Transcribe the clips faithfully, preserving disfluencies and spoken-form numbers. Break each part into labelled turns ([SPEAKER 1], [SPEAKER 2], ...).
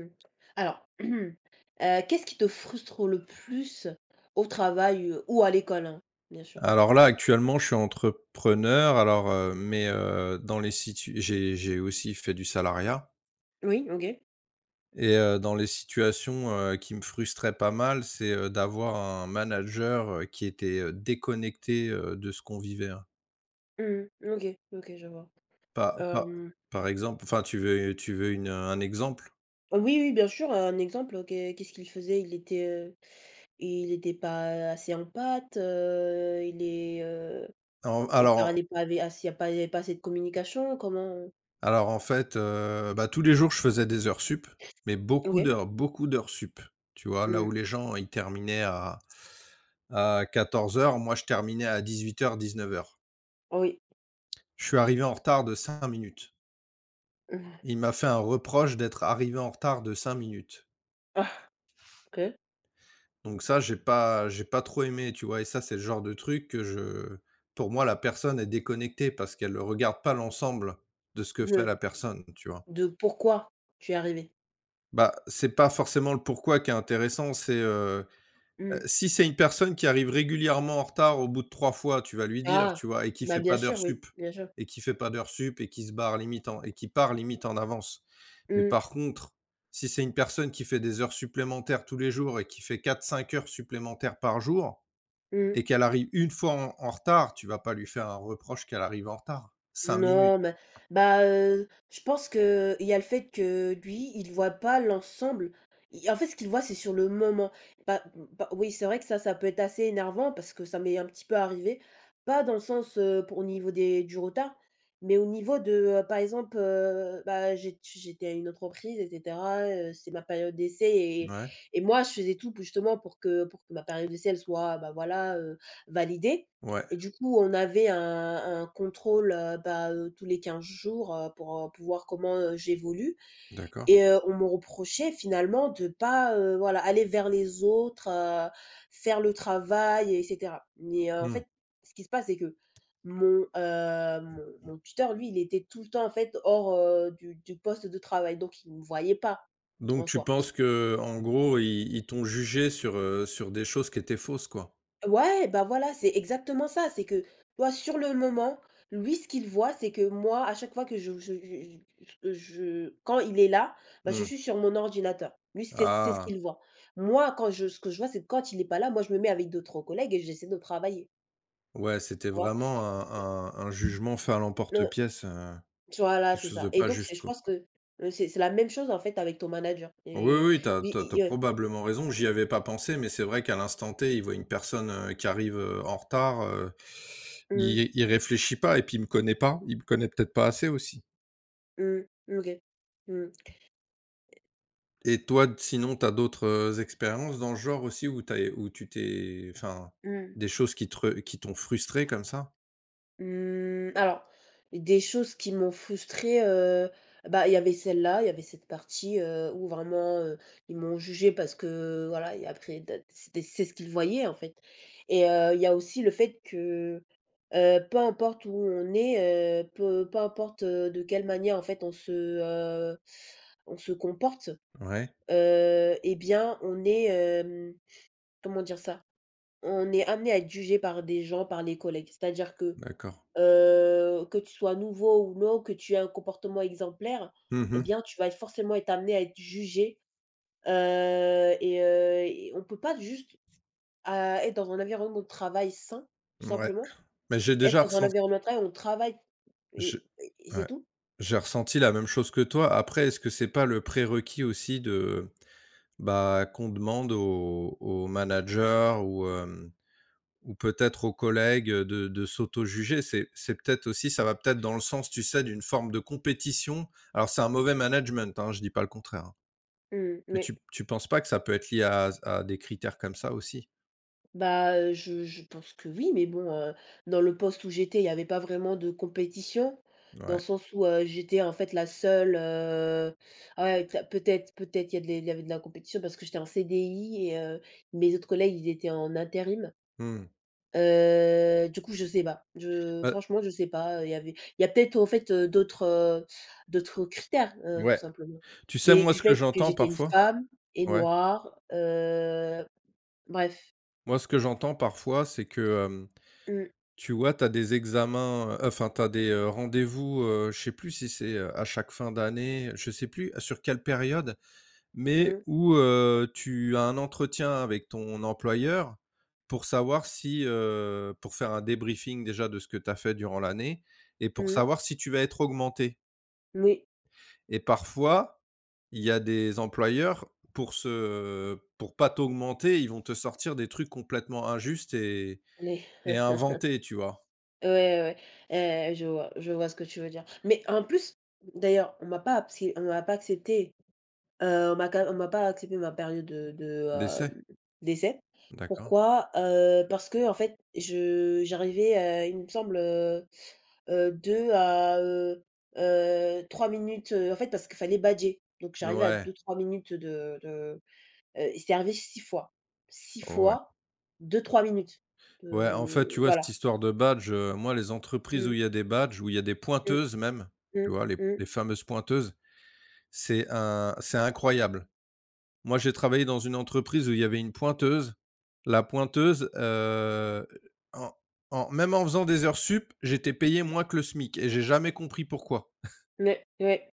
[SPEAKER 1] Mmh. Alors, heu, qu'est-ce qui te frustre le plus au travail, heu, ou à l'école, hein, bien sûr?
[SPEAKER 2] Alors là, actuellement, je suis entrepreneur, alors, heu, mais, heu, dans les situ j'ai j'ai aussi fait du salariat
[SPEAKER 1] Oui, OK.
[SPEAKER 2] et heu, dans les situations, heu, qui me frustraient pas mal, c'est, heu, d'avoir un manager, heu, qui était, heu, déconnecté, heu, de ce qu'on vivait, hein.
[SPEAKER 1] Mmh. OK, OK, je vois.
[SPEAKER 2] pas, pa
[SPEAKER 1] Hem,
[SPEAKER 2] Par exemple, enfin, tu veux tu veux une, un exemple?
[SPEAKER 1] oui, oui, bien sûr, un exemple, qu'est qu'est-ce qu'il faisait? Il était, heu, il était pas assez en pâte, heu, il est, heu,
[SPEAKER 2] En
[SPEAKER 1] il
[SPEAKER 2] alors
[SPEAKER 1] parlait pas avec assez il y a pas il y avait pas assez de communication, comment?
[SPEAKER 2] Alors en fait, heu, bah, tous les jours je faisais des heures sup, mais beaucoup
[SPEAKER 1] OK.
[SPEAKER 2] d'heures beaucoup d'heures sup. Tu vois? Là
[SPEAKER 1] Mmh.
[SPEAKER 2] où les gens ils terminaient à à quatorze heures, moi je terminais à dix-huit dix-neuf heures, dix-neuf heures.
[SPEAKER 1] Oui.
[SPEAKER 2] Je suis arrivé en retard de cinq minutes.
[SPEAKER 1] Mmh.
[SPEAKER 2] Il m'a fait un reproche d'être arrivé en retard de cinq minutes.
[SPEAKER 1] Ah! OK.
[SPEAKER 2] Donc ça, j'ai pas j'ai pas trop aimé, tu vois? Et ça, c'est le genre de truc que je pour moi la personne est déconnectée parce qu'elle ne regarde pas l'ensemble de ce que fait
[SPEAKER 1] Le
[SPEAKER 2] la personne, tu vois?
[SPEAKER 1] De pourquoi tu es arrivé?
[SPEAKER 2] Bah, c'est pas forcément le pourquoi qui est intéressant, c'est, heu Heu,
[SPEAKER 1] Mmh.
[SPEAKER 2] si c'est une personne qui arrive régulièrement en retard au bout de trois fois, tu vas lui dire,
[SPEAKER 1] Ah!
[SPEAKER 2] tu vois? Et qui
[SPEAKER 1] Bah,
[SPEAKER 2] fait
[SPEAKER 1] bien
[SPEAKER 2] pas d'heures
[SPEAKER 1] sûr, oui,
[SPEAKER 2] sup
[SPEAKER 1] bien sûr.
[SPEAKER 2] et qui fait pas d'heures sup et qui se barre limite en et qui part limite en avance. Mais
[SPEAKER 1] Mmh,
[SPEAKER 2] par contre, si c'est une personne qui fait des heures supplémentaires tous les jours et qui fait quatre cinq heures supplémentaires par jour
[SPEAKER 1] mmh.
[SPEAKER 2] et qu'elle arrive une fois en en retard, tu vas pas lui faire un reproche qu'elle arrive en retard. cinq minutes.
[SPEAKER 1] Non, mais bah, heu, je pense que il y a le fait que lui, il voit pas l'ensemble. Il en fait, ce qu'il voit, c'est sur le moment. Pas, bah, oui, c'est vrai que ça, ça peut être assez énervant parce que ça m'est un petit peu arrivé. Pas dans le sens, heu, pour au niveau des du retard, mais au niveau de, heu, par exemple, heu, bah, j'ét j'étais à une entreprise et cetera, heu, c'est ma période d'essai et
[SPEAKER 2] Ouais,
[SPEAKER 1] et moi, je faisais tout pour justement pour que pour que ma période d'essai, elle soit, bah, voilà, heu, validée.
[SPEAKER 2] ouais,
[SPEAKER 1] Et du coup, on avait un un contrôle, heu, bah, heu, tous les quinze jours, heu, pour, heu, pour voir comment, heu, j'évolue
[SPEAKER 2] d'accord.
[SPEAKER 1] et heu, on me reprochait finalement de pas, heu, voilà, aller vers les autres, heu, faire le travail et cetera. Mais, heu, en
[SPEAKER 2] Mmh.
[SPEAKER 1] fait, ce qui se passe, c'est que mon, heu, mon mon tuteur, lui, il était tout le temps, en fait, hors, heu, du du poste de travail, donc il ne me voyait pas
[SPEAKER 2] Donc
[SPEAKER 1] en
[SPEAKER 2] tu
[SPEAKER 1] soi.
[SPEAKER 2] penses que en gros, ils ils t'ont jugé sur, heu, sur des choses qui étaient fausses, quoi?
[SPEAKER 1] Ouais, bah, voilà, c'est exactement ça. C'est que toi, sur le moment, lui, ce qu'il voit, c'est que moi, à chaque fois que je je je je je quand il est là, bah, je
[SPEAKER 2] Mmh.
[SPEAKER 1] suis sur mon ordinateur. Lui, c'est c'est ce
[SPEAKER 2] Ah!
[SPEAKER 1] qu'il voit. Moi, quand je ce que je vois, c'est que quand il est pas là, moi, je me mets avec d'autres collègues et j'essaie de travailler,
[SPEAKER 2] Ouais, c'était
[SPEAKER 1] tu vois?
[SPEAKER 2] vraiment
[SPEAKER 1] Et
[SPEAKER 2] un un un jugement fait à
[SPEAKER 1] euh,
[SPEAKER 2] l'emporte-pièce, heu,
[SPEAKER 1] tu vois là
[SPEAKER 2] quelque
[SPEAKER 1] c'est
[SPEAKER 2] chose de
[SPEAKER 1] ça et
[SPEAKER 2] pas
[SPEAKER 1] donc c'est
[SPEAKER 2] juste,
[SPEAKER 1] je
[SPEAKER 2] quoi.
[SPEAKER 1] pense que, heu, c'est c'est la même chose, en fait, avec ton manager
[SPEAKER 2] Oui,
[SPEAKER 1] et
[SPEAKER 2] oui, t'as
[SPEAKER 1] lui,
[SPEAKER 2] t'as tu
[SPEAKER 1] il, heu,
[SPEAKER 2] probablement raison, j'y avais pas pensé, mais c'est vrai qu'à l'instant T, il voit une personne, heu, qui arrive, heu, en retard, heu,
[SPEAKER 1] mmh,
[SPEAKER 2] il il réfléchit pas et puis il me connaît pas, il me connaît peut-être pas assez aussi.
[SPEAKER 1] mmh, mmh, OK. Mmh,
[SPEAKER 2] Et toi, sinon, tu as d'autres, heu, expériences dans le genre aussi où tu où tu t'es, enfin,
[SPEAKER 1] mmh.
[SPEAKER 2] des choses qui te re qui t'ont frustré comme ça?
[SPEAKER 1] Mmh, alors, des choses qui m'ont frustrée, heu, bah, il y avait celle-là, il y avait cette partie, heu, où vraiment, heu, ils m'ont jugée parce que voilà, et après da c'était c'est ce qu'ils voyaient en fait et heu, il y a aussi le fait que, heu, peu importe où on est, heu, peu peu importe, heu, de quelle manière en fait on se, heu, on se comporte,
[SPEAKER 2] Ouais,
[SPEAKER 1] heu et bien on est, hem, comment dire ça? On est amené à être jugé par des gens, par les collègues. C'est-à-dire que
[SPEAKER 2] d'accord.
[SPEAKER 1] heu, que tu sois nouveau ou non, que tu aies un comportement exemplaire, eh
[SPEAKER 2] Mmh.
[SPEAKER 1] bien, tu vas être forcément être amené à être jugé, heu, et heu, et on ne peut pas juste, à être dans un environnement de travail sain, tout
[SPEAKER 2] Ouais.
[SPEAKER 1] simplement.
[SPEAKER 2] Mais j'ai
[SPEAKER 1] Être
[SPEAKER 2] déjà
[SPEAKER 1] dans un
[SPEAKER 2] ressenti.
[SPEAKER 1] environnement de travail, on travaille et
[SPEAKER 2] J'ai
[SPEAKER 1] et c'est
[SPEAKER 2] ouais,
[SPEAKER 1] tout.
[SPEAKER 2] j'ai ressenti la même chose que toi. Après, est-ce que c'est pas le prérequis aussi de bah, qu'on demande aux aux managers, ou, hem, ou peut-être aux collègues, de de s'auto-juger. C'est c'est peut-être aussi, ça va peut-être dans le sens, tu sais, d'une forme de compétition. Alors c'est un mauvais management, hein, je dis pas le contraire, hein.
[SPEAKER 1] Mmh,
[SPEAKER 2] Mais
[SPEAKER 1] oui.
[SPEAKER 2] tu tu penses pas que ça peut être lié à à des critères comme ça aussi?
[SPEAKER 1] Bah, heu, je je pense que oui, mais bon, heu, dans le poste où j'étais, il y avait pas vraiment de compétition, dans le
[SPEAKER 2] Ouais.
[SPEAKER 1] sens où, heu, j'étais en fait la seule, heu, ah ouais, tu peut-être peut-être il y a de la il y avait de la compétition parce que j'étais en C D I et heu, mes autres collègues, ils étaient en intérim.
[SPEAKER 2] Mmh.
[SPEAKER 1] Heu, du coup, je sais pas. Je
[SPEAKER 2] Bah,
[SPEAKER 1] franchement, je sais pas, il y avait il y a peut-être, en fait, heu, d'autres, heu, d'autres critères, heu, tout
[SPEAKER 2] ouais.
[SPEAKER 1] simplement.
[SPEAKER 2] Tu sais,
[SPEAKER 1] Des
[SPEAKER 2] moi,
[SPEAKER 1] du
[SPEAKER 2] ce que
[SPEAKER 1] fait que
[SPEAKER 2] j'entends
[SPEAKER 1] j'étais une
[SPEAKER 2] parfois
[SPEAKER 1] femme et
[SPEAKER 2] Ouais,
[SPEAKER 1] noire, heu, bref.
[SPEAKER 2] moi, ce que j'entends parfois, c'est que, hem
[SPEAKER 1] Mmh,
[SPEAKER 2] Tu vois, tu as des examens, heu, enfin, tu as des, heu, rendez-vous, heu, je sais plus si c'est, heu, à chaque fin d'année, je sais plus sur quelle période, mais
[SPEAKER 1] mmh,
[SPEAKER 2] où, heu, tu as un entretien avec ton employeur pour savoir si, heu, pour faire un débriefing déjà de ce que tu as fait durant l'année et pour
[SPEAKER 1] mmh.
[SPEAKER 2] savoir si tu vas être augmenté,
[SPEAKER 1] Oui,
[SPEAKER 2] et parfois il y a des employeurs, pour se pour pas t'augmenter, ils vont te sortir des trucs complètement injustes et
[SPEAKER 1] les
[SPEAKER 2] et
[SPEAKER 1] ouais,
[SPEAKER 2] inventés, tu vois?
[SPEAKER 1] ouais, ouais, heu, je vois je vois ce que tu veux dire. Mais en plus, d'ailleurs, on m'a pas absi on m'a pas accepté, heu, on m'a quand on m'a pas accepté ma période de de,
[SPEAKER 2] Des
[SPEAKER 1] hem, d'essai.
[SPEAKER 2] D'accord.
[SPEAKER 1] Pourquoi? Heu, parce que en fait, je j'arrivais, heu, il me semble, heu heu, deux à, heu heu, trois minutes, heu, en fait, parce qu'il fallait badger. Donc j'arrivais à deux
[SPEAKER 2] Ouais,
[SPEAKER 1] trois minutes de de, heu, c'est arrivé six fois. Six
[SPEAKER 2] ouais.
[SPEAKER 1] fois, deux trois minutes,
[SPEAKER 2] Ouais, en fait,
[SPEAKER 1] heu,
[SPEAKER 2] tu vois, cette
[SPEAKER 1] voilà.
[SPEAKER 2] histoire de badge, heu, moi, les entreprises où
[SPEAKER 1] Mmh,
[SPEAKER 2] il y a des badges, où il y a des
[SPEAKER 1] mmh,
[SPEAKER 2] pointeuses même,
[SPEAKER 1] mmh,
[SPEAKER 2] tu vois, les
[SPEAKER 1] mmh.
[SPEAKER 2] les fameuses pointeuses, c'est un c'est incroyable. Moi, j'ai travaillé dans une entreprise où il y avait une pointeuse. La pointeuse, heu, en en même en faisant des heures sup, j'étais payé moins que le SMIC et j'ai jamais compris pourquoi,
[SPEAKER 1] Mais ouais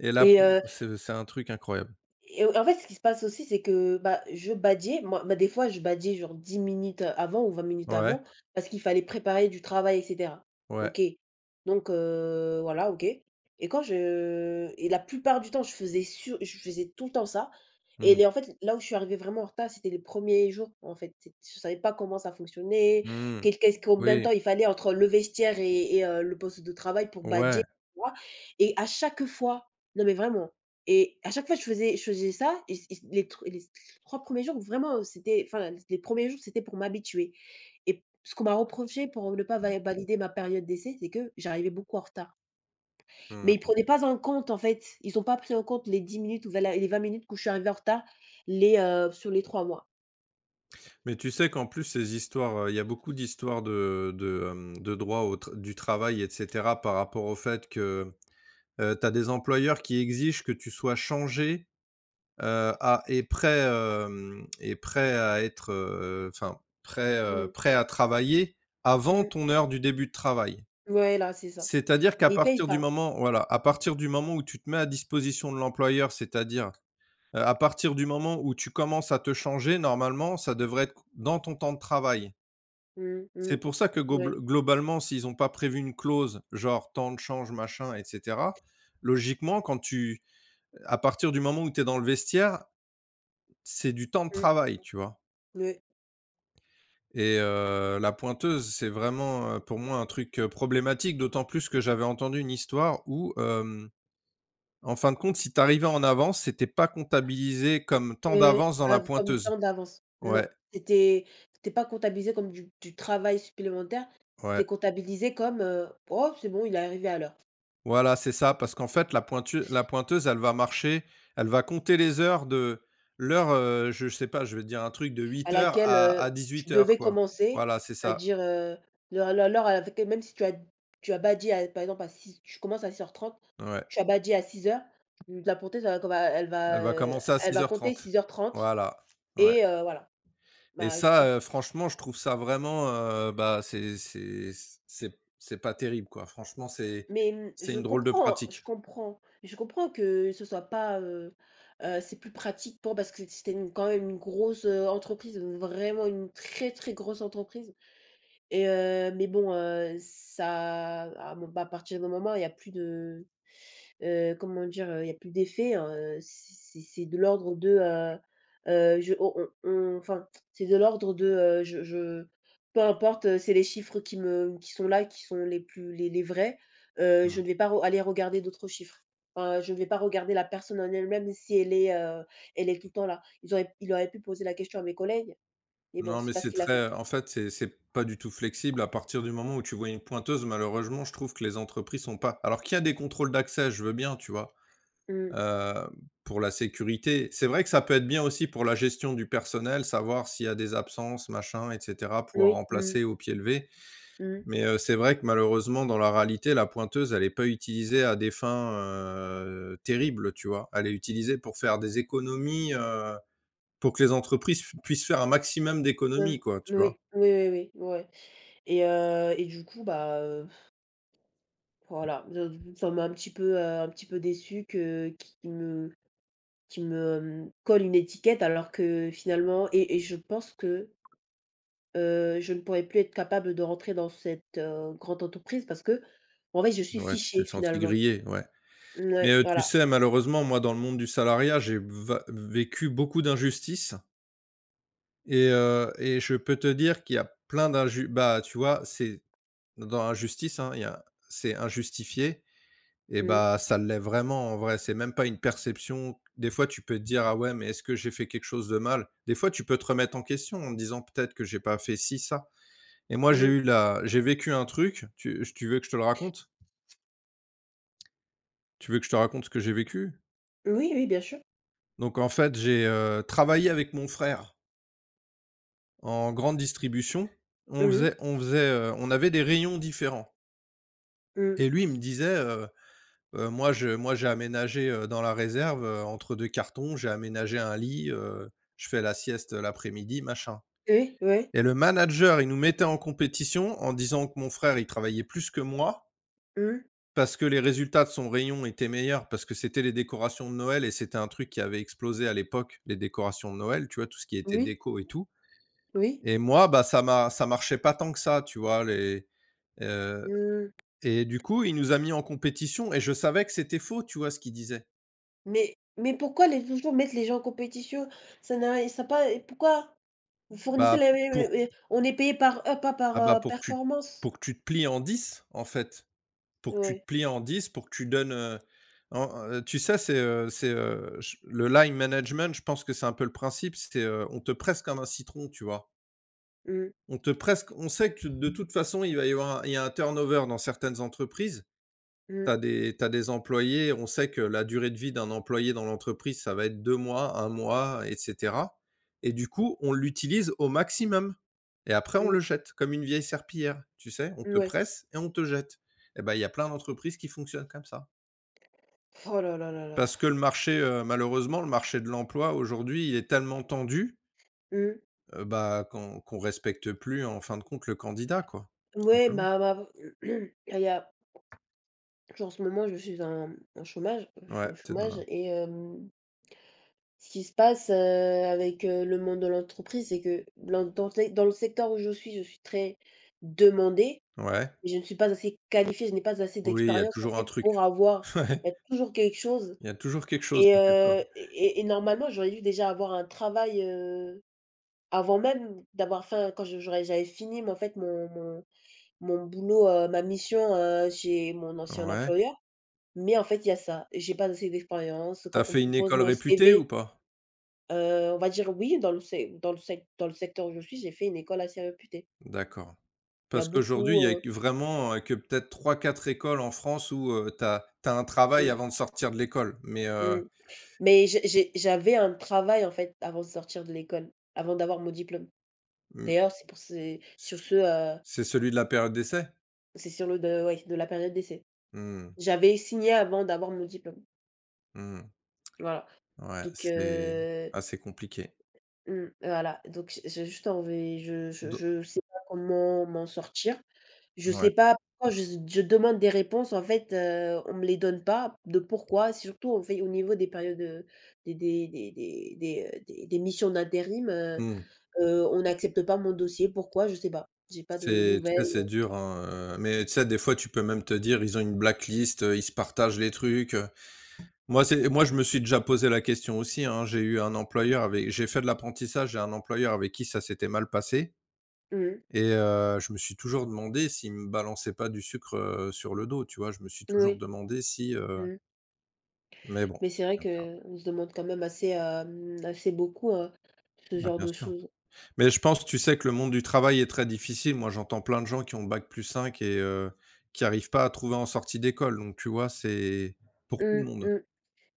[SPEAKER 2] et là,
[SPEAKER 1] et
[SPEAKER 2] pou
[SPEAKER 1] euh,
[SPEAKER 2] c'est c'est un truc incroyable.
[SPEAKER 1] et en fait, ce qui se passe aussi, c'est que, bah, je badiais, moi, bah, des fois, je badiais genre dix minutes avant ou vingt minutes
[SPEAKER 2] Ouais,
[SPEAKER 1] avant parce qu'il fallait préparer du travail et cetera.
[SPEAKER 2] ouais.
[SPEAKER 1] OK. Donc heu, voilà, OK et quand je et la plupart du temps, je faisais sur je faisais tout le temps ça et
[SPEAKER 2] Mmh.
[SPEAKER 1] les en fait, là où je suis arrivée vraiment en retard, c'était les premiers jours, en fait. C'est je savais pas comment ça fonctionnait,
[SPEAKER 2] Mmh.
[SPEAKER 1] quel qu'est-ce combien de
[SPEAKER 2] Oui,
[SPEAKER 1] temps il fallait entre le vestiaire et et heu, le poste de travail pour badier,
[SPEAKER 2] ouais.
[SPEAKER 1] tu vois? Et à chaque fois non mais vraiment et à chaque fois, je faisais je faisais ça et c et les tr les trois premiers jours, vraiment, c'était enfin, les premiers jours, c'était pour m'habituer et ce qu'on m'a reproché pour ne pas va valider ma période d'essai, c'est que j'arrivais beaucoup en retard. Mais ils
[SPEAKER 2] Mmh.
[SPEAKER 1] prenaient pas en compte, en fait, ils ont pas pris en compte les dix minutes ou va les vingt minutes où je suis arrivée en retard, les, heu, sur les trois mois.
[SPEAKER 2] Mais tu sais qu'en plus ces histoires, heu, il y a beaucoup d'histoires de de, hem, de droit au tr du travail et cetera, par rapport au fait que, heu, tu as des employeurs qui exigent que tu sois changé, heu, à et prêt, hem et prêt à être, heu, enfin prêt, heu,
[SPEAKER 1] Mmh,
[SPEAKER 2] prêt à travailler avant
[SPEAKER 1] mmh,
[SPEAKER 2] ton heure du début de travail.
[SPEAKER 1] ouais, là, c'est ça.
[SPEAKER 2] C'est-à-dire qu'à
[SPEAKER 1] Mais ils payent
[SPEAKER 2] partir du
[SPEAKER 1] pas.
[SPEAKER 2] moment Voilà, à partir du moment où tu te mets à disposition de l'employeur, c'est-à-dire, heu, à partir du moment où tu commences à te changer, normalement, ça devrait être dans ton temps de travail.
[SPEAKER 1] Mmh,
[SPEAKER 2] C'est
[SPEAKER 1] mmh,
[SPEAKER 2] pour ça que gobl
[SPEAKER 1] ouais,
[SPEAKER 2] globalement, s'ils ont pas prévu une clause, genre temps de change, machin et cetera, logiquement, quand tu à partir du moment où tu es dans le vestiaire, c'est du temps de
[SPEAKER 1] mmh,
[SPEAKER 2] travail, tu vois?
[SPEAKER 1] ouais.
[SPEAKER 2] Et heu, la pointeuse, c'est vraiment, heu, pour moi un truc, heu, problématique, d'autant plus que j'avais entendu une histoire où, hem, en fin de compte, si tu arrivais en avance, c'était pas comptabilisé comme temps
[SPEAKER 1] Heu,
[SPEAKER 2] d'avance dans la
[SPEAKER 1] av comme
[SPEAKER 2] pointeuse.
[SPEAKER 1] temps d'avance.
[SPEAKER 2] Ouais,
[SPEAKER 1] Non, c'était c'était pas comptabilisé comme du du travail supplémentaire,
[SPEAKER 2] ouais.
[SPEAKER 1] c'était comptabilisé comme, heu: «Oh, c'est bon, il est arrivé à l'heure»,
[SPEAKER 2] Voilà, c'est ça, parce qu'en fait, la pointu la pointeuse, elle va marcher, elle va compter les heures de l'heure, heu, je sais pas, je vais te dire un truc, de
[SPEAKER 1] à
[SPEAKER 2] huit heures
[SPEAKER 1] laquelle,
[SPEAKER 2] à à
[SPEAKER 1] heu,
[SPEAKER 2] dix-huit
[SPEAKER 1] tu
[SPEAKER 2] heures,
[SPEAKER 1] devais
[SPEAKER 2] quoi.
[SPEAKER 1] commencer,
[SPEAKER 2] Voilà, c'est ça,
[SPEAKER 1] c'est-à-dire, heu, l'heure l'heure l'heure à laquelle même si tu as tu as bâti à par exemple à six tu commences à six heures trente
[SPEAKER 2] ouais.
[SPEAKER 1] tu as bâti à six heures, la portée elle va elle
[SPEAKER 2] Elle
[SPEAKER 1] va,
[SPEAKER 2] va
[SPEAKER 1] heu,
[SPEAKER 2] commencer à
[SPEAKER 1] elle
[SPEAKER 2] six
[SPEAKER 1] va
[SPEAKER 2] heures
[SPEAKER 1] compter
[SPEAKER 2] trente.
[SPEAKER 1] six heures trente
[SPEAKER 2] Voilà, ouais,
[SPEAKER 1] et heu, voilà.
[SPEAKER 2] et
[SPEAKER 1] Bah, je
[SPEAKER 2] ça,
[SPEAKER 1] comp
[SPEAKER 2] heu, franchement, je trouve ça vraiment, heu, bah, c'est c'est c'est c'est pas terrible, quoi. Franchement, c'est
[SPEAKER 1] Mais, mmh,
[SPEAKER 2] c'est
[SPEAKER 1] je
[SPEAKER 2] une drôle de
[SPEAKER 1] comprends, je
[SPEAKER 2] pratique.
[SPEAKER 1] comprends. Je comprends que ce soit pas, heu heu, c'est plus pratique pour parce que c'était une quand même une grosse, heu, entreprise, vraiment une très, très grosse entreprise et heu, mais bon, heu, ça à mon à partir d'un moment, il y a plus de Heu, comment dire? Il y a plus d'effet, hein, heu, c'est c'est c'est de l'ordre de, heu heu, je on on on enfin, c'est de l'ordre de, heu, je je peu importe, heu, c'est les chiffres qui me qui sont là, qui sont les plus les les vrais, heu, je ne vais pas re aller regarder d'autres chiffres. Enfin, je ne vais pas regarder la personne en elle-même si elle est, heu, elle est tout le temps là. Ils auraient il aurait pu poser la question à mes collègues, mais bon,
[SPEAKER 2] Non, mais
[SPEAKER 1] c'est pas ce
[SPEAKER 2] c'est
[SPEAKER 1] qu'il a fait.
[SPEAKER 2] très en fait, c'est c'est pas du tout flexible, à partir du moment où tu vois une pointeuse, malheureusement, je trouve que les entreprises sont pas alors qu'il y a des contrôles d'accès, je veux bien, tu vois?
[SPEAKER 1] Mmh.
[SPEAKER 2] Heu, pour la sécurité. C'est vrai que ça peut être bien aussi pour la gestion du personnel, savoir s'il y a des absences, machin, et cetera, pouvoir
[SPEAKER 1] Oui, mmh,
[SPEAKER 2] remplacer au pied levé.
[SPEAKER 1] mmh,
[SPEAKER 2] Mais, heu, c'est vrai que malheureusement, dans la réalité, la pointeuse, elle est pas utilisée à des fins, heu, terribles, tu vois? Elle est utilisée pour faire des économies, heu pour que les entreprises puissent faire un maximum
[SPEAKER 1] mmh.
[SPEAKER 2] d'économies, quoi, tu
[SPEAKER 1] Oui,
[SPEAKER 2] vois?
[SPEAKER 1] oui, oui, oui, ouais et heu et du coup, bah, voilà, de ça m'a un petit peu, heu, un petit peu déçu que qu'il me qu'il me, hem, colle une étiquette alors que finalement et et je pense que, heu, je ne pourrais plus être capable de rentrer dans cette, heu, grande entreprise parce que en fait, je suis
[SPEAKER 2] Ouais, tu t'es
[SPEAKER 1] fichée
[SPEAKER 2] senti
[SPEAKER 1] finalement.
[SPEAKER 2] grillé, ouais. Mais,
[SPEAKER 1] Ouais
[SPEAKER 2] heu, tu
[SPEAKER 1] voilà.
[SPEAKER 2] sais, malheureusement, moi, dans le monde du salariat, j'ai va vécu beaucoup d'injustices. Et heu et je peux te dire qu'il y a plein d'inju bah, tu vois, c'est dans injustice, hein, il y a c'est injustifié, et
[SPEAKER 1] Mmh,
[SPEAKER 2] bah, ça l'est vraiment, en vrai. C'est même pas une perception. Des fois, tu peux te dire: «Ah ouais, mais est-ce que j'ai fait quelque chose de mal?» Des fois, tu peux te remettre en question en te disant: «Peut-être que j'ai pas fait ci, ça». Et moi, j'ai
[SPEAKER 1] mmh.
[SPEAKER 2] eu la j'ai vécu un truc, tu tu veux que je te le raconte? Tu veux que je te raconte ce que j'ai vécu?
[SPEAKER 1] Oui, oui, bien sûr.
[SPEAKER 2] Donc en fait, j'ai, heu, travaillé avec mon frère en grande distribution.
[SPEAKER 1] Mmh
[SPEAKER 2] On
[SPEAKER 1] mh,
[SPEAKER 2] faisait on faisait, heu, on avait des rayons différents.
[SPEAKER 1] mmh.
[SPEAKER 2] Et lui, il me disait, heu heu: «Moi je moi j'ai aménagé, heu, dans la réserve, heu, entre deux cartons, j'ai aménagé un lit, heu, je fais la sieste, l'après-midi, machin»,
[SPEAKER 1] Oui, ouais.
[SPEAKER 2] et le manager, il nous mettait en compétition en disant que mon frère, il travaillait plus que moi,
[SPEAKER 1] Mmh.
[SPEAKER 2] parce que les résultats de son rayon étaient meilleurs, parce que c'était les décorations de Noël et c'était un truc qui avait explosé à l'époque, les décorations de Noël, tu vois? Tout ce qui était
[SPEAKER 1] Oui,
[SPEAKER 2] déco et tout,
[SPEAKER 1] oui.
[SPEAKER 2] et moi, bah, ça m'a ça marchait pas tant que ça, tu vois? Les,
[SPEAKER 1] Mmh.
[SPEAKER 2] Et du coup, il nous a mis en compétition et je savais que c'était faux, tu vois, ce qu'il disait.
[SPEAKER 1] Mais mais pourquoi les toujours mettre les gens en compétition? Ça n'a ça pas pourquoi? Vous fournissez
[SPEAKER 2] Bah,
[SPEAKER 1] les oui, oui,
[SPEAKER 2] pour
[SPEAKER 1] oui, on est payé par heure, pas par,
[SPEAKER 2] ah bah,
[SPEAKER 1] heu,
[SPEAKER 2] pour que tu
[SPEAKER 1] performance.
[SPEAKER 2] pour que tu te plies en dix, en fait. Pour que tu te
[SPEAKER 1] Ouais.
[SPEAKER 2] plies en dix, pour que tu donnes, heu, en, heu, tu sais, c'est, heu c'est, heu, j le line management, je pense que c'est un peu le principe, c'est, heu, on te presse comme un citron, tu vois?
[SPEAKER 1] Mmh.
[SPEAKER 2] On te presse, on sait que de toute façon, il va y avoir un il y a un turnover dans certaines entreprises.
[SPEAKER 1] Mmh.
[SPEAKER 2] T'as des t'as des employés, on sait que la durée de vie d'un employé dans l'entreprise, ça va être deux mois, un mois et cetera, et du coup, on l'utilise au maximum et après on le
[SPEAKER 1] Mmh.
[SPEAKER 2] jette comme une vieille serpillière, tu sais? On
[SPEAKER 1] Mmh,
[SPEAKER 2] te
[SPEAKER 1] ouais.
[SPEAKER 2] presse et on te jette, et ben, il y a plein d'entreprises qui fonctionnent comme ça.
[SPEAKER 1] Oh là là là là.
[SPEAKER 2] Parce que le marché, heu, malheureusement, le marché de l'emploi aujourd'hui, il est tellement tendu,
[SPEAKER 1] Mmh.
[SPEAKER 2] heu, bah, qu'on qu'on respecte plus en fin de compte le candidat, quoi, tout
[SPEAKER 1] Ouais,
[SPEAKER 2] simplement.
[SPEAKER 1] bah bah, il y a en ce moment, je suis en en chômage, je suis
[SPEAKER 2] Ouais,
[SPEAKER 1] au
[SPEAKER 2] tu dans
[SPEAKER 1] chômage
[SPEAKER 2] la
[SPEAKER 1] et hem, ce qui se passe, heu, avec, heu, le monde de l'entreprise, c'est que dans dans le dans le secteur où je suis, je suis très demandée,
[SPEAKER 2] ouais.
[SPEAKER 1] mais je ne suis pas assez qualifiée, je n'ai pas assez
[SPEAKER 2] Oui, il y a
[SPEAKER 1] d'expérience, en
[SPEAKER 2] toujours un
[SPEAKER 1] fait,
[SPEAKER 2] truc.
[SPEAKER 1] pour avoir
[SPEAKER 2] Ouais,
[SPEAKER 1] il y a toujours quelque chose.
[SPEAKER 2] il y a toujours quelque chose,
[SPEAKER 1] Et
[SPEAKER 2] t'inquiète pas.
[SPEAKER 1] heu et et normalement, j'aurais dû déjà avoir un travail, heu, avant même d'avoir fait quand je j'aurais j'avais fini, mais en fait, mon mon mon boulot, heu, ma mission, heu, chez mon ancien
[SPEAKER 2] Ouais.
[SPEAKER 1] employeur. Mais en fait, il y a ça. J'ai pas assez d'expérience.
[SPEAKER 2] t'as
[SPEAKER 1] Quand on
[SPEAKER 2] fait une
[SPEAKER 1] propose
[SPEAKER 2] école
[SPEAKER 1] mon
[SPEAKER 2] réputée ou
[SPEAKER 1] C V,
[SPEAKER 2] pas?
[SPEAKER 1] heu, on va dire oui, dans le sec dans le sec dans le secteur où je suis, j'ai fait une école assez réputée.
[SPEAKER 2] D'accord.
[SPEAKER 1] Il y a
[SPEAKER 2] Parce qu'aujourd'hui,
[SPEAKER 1] beaucoup,
[SPEAKER 2] il y a
[SPEAKER 1] heu
[SPEAKER 2] que vraiment, heu, que peut-être trois quatre écoles en France où, heu, t'as tu as un travail
[SPEAKER 1] mmh,
[SPEAKER 2] avant de sortir de l'école, mais heu,
[SPEAKER 1] mmh, mais j'ai j'ai j'avais un travail, en fait, avant de sortir de l'école, avant d'avoir mon diplôme.
[SPEAKER 2] mmh,
[SPEAKER 1] D'ailleurs, c'est pour c'est sur
[SPEAKER 2] c
[SPEAKER 1] ce,
[SPEAKER 2] c'est celui de la période d'essai?
[SPEAKER 1] c'est sur le de ouais, de la période d'essai.
[SPEAKER 2] Mmh,
[SPEAKER 1] J'avais signé avant d'avoir mon diplôme.
[SPEAKER 2] mmh,
[SPEAKER 1] Voilà,
[SPEAKER 2] ouais,
[SPEAKER 1] donc
[SPEAKER 2] c'est
[SPEAKER 1] heu,
[SPEAKER 2] assez compliqué.
[SPEAKER 1] mmh, voilà, donc j j'ai juste envie je je
[SPEAKER 2] Do
[SPEAKER 1] je sais pas comment m'en sortir. Je
[SPEAKER 2] Ouais,
[SPEAKER 1] sais pas pourquoi je je demande des réponses, en fait, heu, on me les donne pas, de pourquoi, surtout au fait au niveau des périodes, heu, des des des des des, heu, des des missions d'intérim, heu
[SPEAKER 2] mmh,
[SPEAKER 1] heu, on n'accepte pas mon dossier. Pourquoi? Je sais pas. J'ai pas de
[SPEAKER 2] c'est tu
[SPEAKER 1] nouvelles.
[SPEAKER 2] sais, c'est dur, hein, heu, mais tu sais, des fois, tu peux même te dire: «Ils ont une blacklist, heu, ils se partagent les trucs». Moi, c'est moi, je me suis déjà posé la question aussi, hein. J'ai eu un employeur avec j'ai fait de l'apprentissage, j'ai un employeur avec qui ça s'était mal passé
[SPEAKER 1] Mmh mh.
[SPEAKER 2] et heu, je me suis toujours demandé s'il me balançait pas du sucre, heu, sur le dos, tu vois? Je me suis toujours
[SPEAKER 1] Oui.
[SPEAKER 2] demandé si, heu
[SPEAKER 1] Mmh mh.
[SPEAKER 2] Mais bon,
[SPEAKER 1] Mais c'est
[SPEAKER 2] c'est
[SPEAKER 1] vrai
[SPEAKER 2] comme ça.
[SPEAKER 1] que on se demande quand même assez, hem, assez beaucoup, hein, ce
[SPEAKER 2] Bah,
[SPEAKER 1] genre
[SPEAKER 2] bien
[SPEAKER 1] de
[SPEAKER 2] sûr.
[SPEAKER 1] choses.
[SPEAKER 2] Mais je pense, tu sais, que le monde du travail est très difficile. Moi, j'entends plein de gens qui ont bac plus cinq et heu, qui arrivent pas à trouver en sortie d'école, donc tu vois, c'est pour tout le
[SPEAKER 1] Mmh
[SPEAKER 2] monde.
[SPEAKER 1] mh,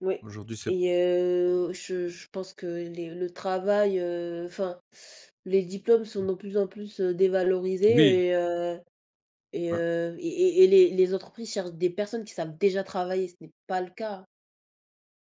[SPEAKER 1] oui
[SPEAKER 2] Aujourd'hui, c'est
[SPEAKER 1] et heu, je je pense que les le travail, heu, enfin, les diplômes sont de plus en plus, heu,
[SPEAKER 2] oui.
[SPEAKER 1] dévalorisés et heu et
[SPEAKER 2] Ouais.
[SPEAKER 1] heu et et et les les entreprises cherchent des personnes qui savent déjà travailler, ce n'est pas le cas.